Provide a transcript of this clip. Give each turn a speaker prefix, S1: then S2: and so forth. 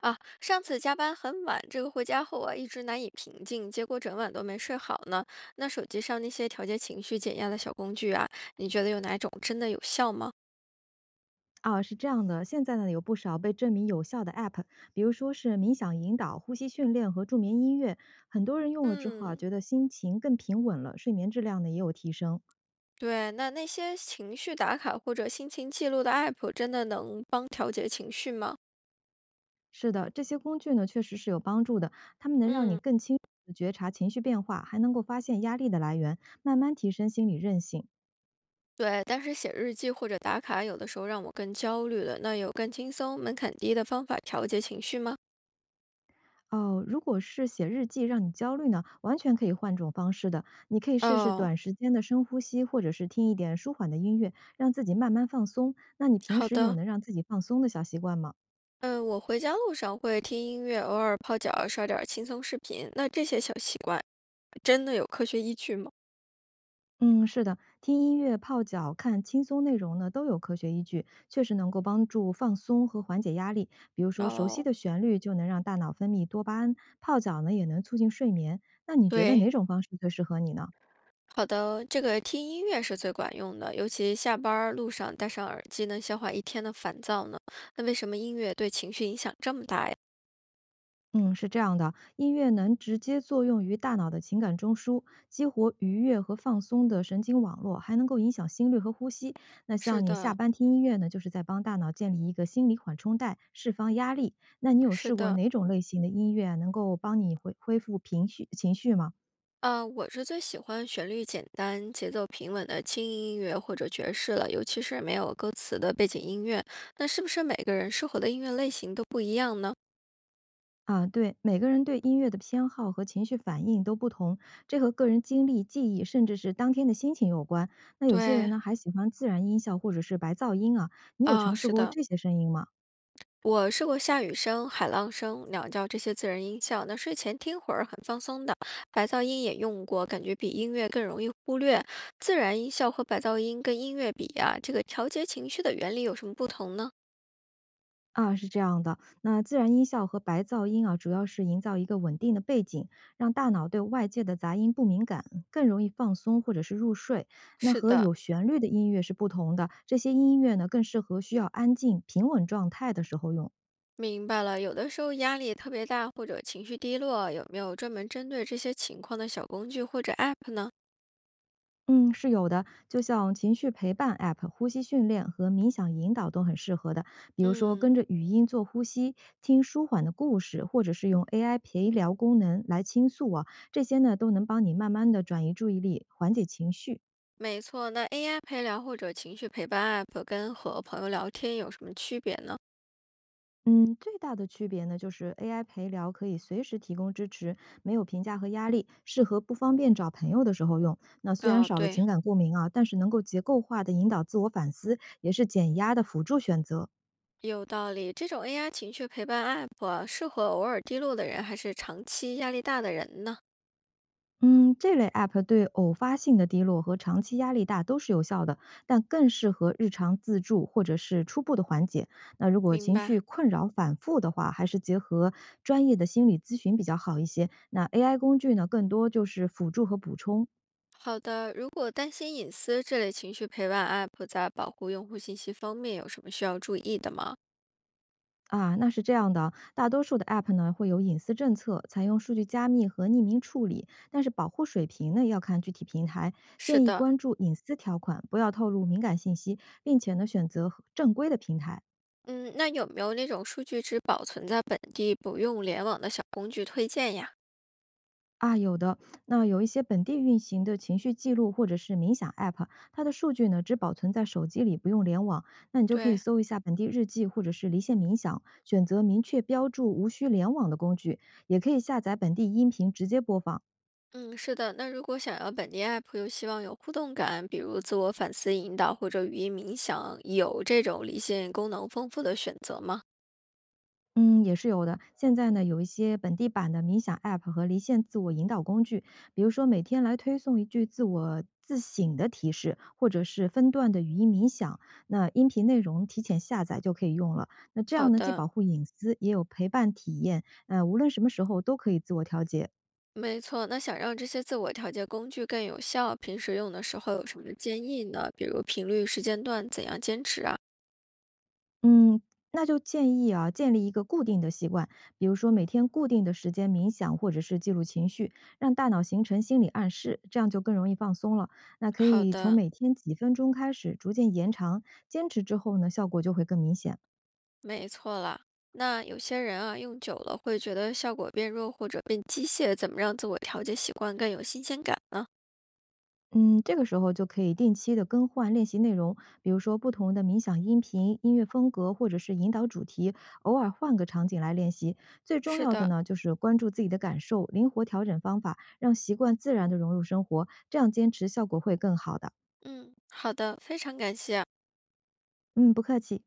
S1: 啊，上次加班很晚，这个回家后啊，一直难以平静，结果整晚都没睡好呢。那手机上那些调节情绪、减压的小工具啊，你觉得有哪种真的有效吗？
S2: 啊，是这样的，现在呢有不少被证明有效的 App，比如说是冥想引导、呼吸训练和助眠音乐，很多人用了之后啊，
S1: 嗯，
S2: 觉得心情更平稳了，睡眠质量呢也有提升。
S1: 对，那那些情绪打卡或者心情记录的 app 真的能帮调节情绪吗？
S2: 是的，这些工具呢确实是有帮助的，它们能让你
S1: 嗯，
S2: 更清楚地觉察情绪变化，还能够发现压力的来源，慢慢提升心理韧性。
S1: 对，但是写日记或者打卡有的时候让我更焦虑了。那有更轻松、门槛低的方法调节情绪吗？
S2: 哦，如果是写日记让你焦虑呢，完全可以换种方式的。你可以试试
S1: 哦，
S2: 短时间的深呼吸，或者是听一点舒缓的音乐，让自己慢慢放松。那你平
S1: 好
S2: 时有
S1: 的。
S2: 能让自己放松的小习惯吗？
S1: 嗯，我回家路上会听音乐，偶尔泡脚，刷点儿轻松视频。那这些小习惯真的有科学依据吗？
S2: 嗯，是的，听音乐、泡脚、看轻松内容呢，都有科学依据，确实能够帮助放松和缓解压力。比如说，熟悉
S1: 哦，
S2: 的旋律就能让大脑分泌多巴胺，泡脚呢也能促进睡眠。那你觉得
S1: 对，
S2: 哪种方式最适合你呢？
S1: 好的，这个听音乐是最管用的，尤其下班儿路上戴上耳机，能消化一天的烦躁呢。那为什么音乐对情绪影响这么大呀？
S2: 嗯，是这样的，音乐能直接作用于大脑的情感中枢，激活愉悦和放松的神经网络，还能够影响心率和呼吸。那
S1: 是
S2: 像你下
S1: 的，
S2: 班听音乐呢，就是在帮大脑建立一个心理缓冲带，释放压力。那你有
S1: 是
S2: 试过
S1: 的，
S2: 哪种类型的音乐能够帮你恢复情绪吗？
S1: 啊，我是最喜欢旋律简单、节奏平稳的轻音乐或者爵士了，尤其是没有歌词的背景音乐。那是不是每个人适合的音乐类型都不一样呢？
S2: 啊，对，每个人对音乐的偏好和情绪反应都不同，这和个人经历、记忆，甚至是当天的心情有关。那有些人
S1: 对，
S2: 呢，还喜欢自然音效或者是白噪音啊。你有
S1: 啊，
S2: 尝试
S1: 是
S2: 过
S1: 的，
S2: 这些声音吗？
S1: 我试过下雨声、海浪声、鸟叫这些自然音效，那睡前听会儿很放松的。白噪音也用过，感觉比音乐更容易忽略。自然音效和白噪音跟音乐比啊，这个调节情绪的原理有什么不同呢？
S2: 啊，是这样的，那自然音效和白噪音啊，主要是营造一个稳定的背景，让大脑对外界的杂音不敏感，更容易放松或者是入睡。那
S1: 是
S2: 和
S1: 的，
S2: 有旋律的音乐是不同的，这些音乐呢，更适合需要安静、平稳状态的时候用。
S1: 明白了。有的时候压力特别大或者情绪低落，有没有专门针对这些情况的小工具或者 App 呢？
S2: 嗯，是有的，就像情绪陪伴 App、呼吸训练和冥想引导都很适合的。比如说，跟
S1: 嗯，
S2: 着语音做呼吸，听舒缓的故事，或者是用 AI 陪聊功能来倾诉啊，这些呢都能帮你慢慢的转移注意力，缓解情绪。
S1: 没错。那 AI 陪聊或者情绪陪伴 App 跟和朋友聊天有什么区别呢？
S2: 嗯，最大的区别呢，就是 AI 陪聊可以随时提供支持，没有评价和压力，适合不方便找朋友的时候用。那虽然
S1: 啊、
S2: 少了
S1: 对，
S2: 情感共鸣啊，但是能够结构化的引导自我反思，也是减压的辅助选择。
S1: 有道理，这种 AI 情绪陪伴 App 啊适合偶尔低落的人，还是长期压力大的人呢？
S2: 嗯，这类 App 对偶发性的低落和长期压力大都是有效的，但更适合日常自助或者是初步的缓解。那如果
S1: 明
S2: 情
S1: 白。
S2: 绪困扰反复的话，还是结合专业的心理咨询比较好一些。那 AI 工具呢，更多就是辅助和补充
S1: 好的，如果担心隐私，这类情绪陪伴 App 在保护用户信息方面有什么需要注意的吗？
S2: 啊。那是这样的，大多数的 App 呢会有隐私政策，采用数据加密和匿名处理，但是保护水平呢要看具体平台。
S1: 是
S2: 建议
S1: 的，
S2: 关注隐私条款，不要透露敏感信息，并且呢选择正规的平台。
S1: 嗯，那有没有那种数据只保存在本地不用联网的小工具推荐呀？
S2: 啊，有的。那有一些本地运行的情绪记录或者是冥想 App，它的数据呢只保存在手机里，不用联网。那你就可以
S1: 对，
S2: 搜一下本地日记或者是离线冥想，选择明确标注、无需联网的工具，也可以下载本地音频直接播放。
S1: 嗯，是的。那如果想要本地 app 又希望有互动感，比如自我反思引导或者语音冥想，有这种离线功能丰富的选择吗？
S2: 嗯，也是有的。现在呢，有一些本地版的冥想 App 和离线自我引导工具，比如说每天来推送一句自我自省的提示，或者是分段的语音冥想，那音频内容提前下载就可以用了。那这
S1: 好
S2: 样呢，既
S1: 的，
S2: 保护隐私，也有陪伴体验，无论什么时候都可以自我调节。
S1: 没错。那想让这些自我调节工具更有效，平时用的时候有什么建议呢？比如频率、时间段，怎样坚持啊？
S2: 嗯，那就建议啊，建立一个固定的习惯，比如说每天固定的时间冥想，或者是记录情绪，让大脑形成心理暗示，这样就更容易放松了。那可
S1: 好
S2: 以从
S1: 的，
S2: 每天几分钟开始，逐渐延长，坚持之后呢，效果就会更明显了。
S1: 没错啦。那有些人啊，用久了会觉得效果变弱或者变机械，怎么让自我调节习惯更有新鲜感呢？
S2: 嗯，这个时候就可以定期的更换练习内容，比如说不同的冥想音频、音乐风格或者是引导主题，偶尔换个场景来练习。最重
S1: 是
S2: 要的
S1: 的，
S2: 呢，就是关注自己的感受，灵活调整方法，让习惯自然的融入生活，这样坚持效果会更好的。
S1: 嗯，好的，非常感谢啊
S2: 嗯，不客气。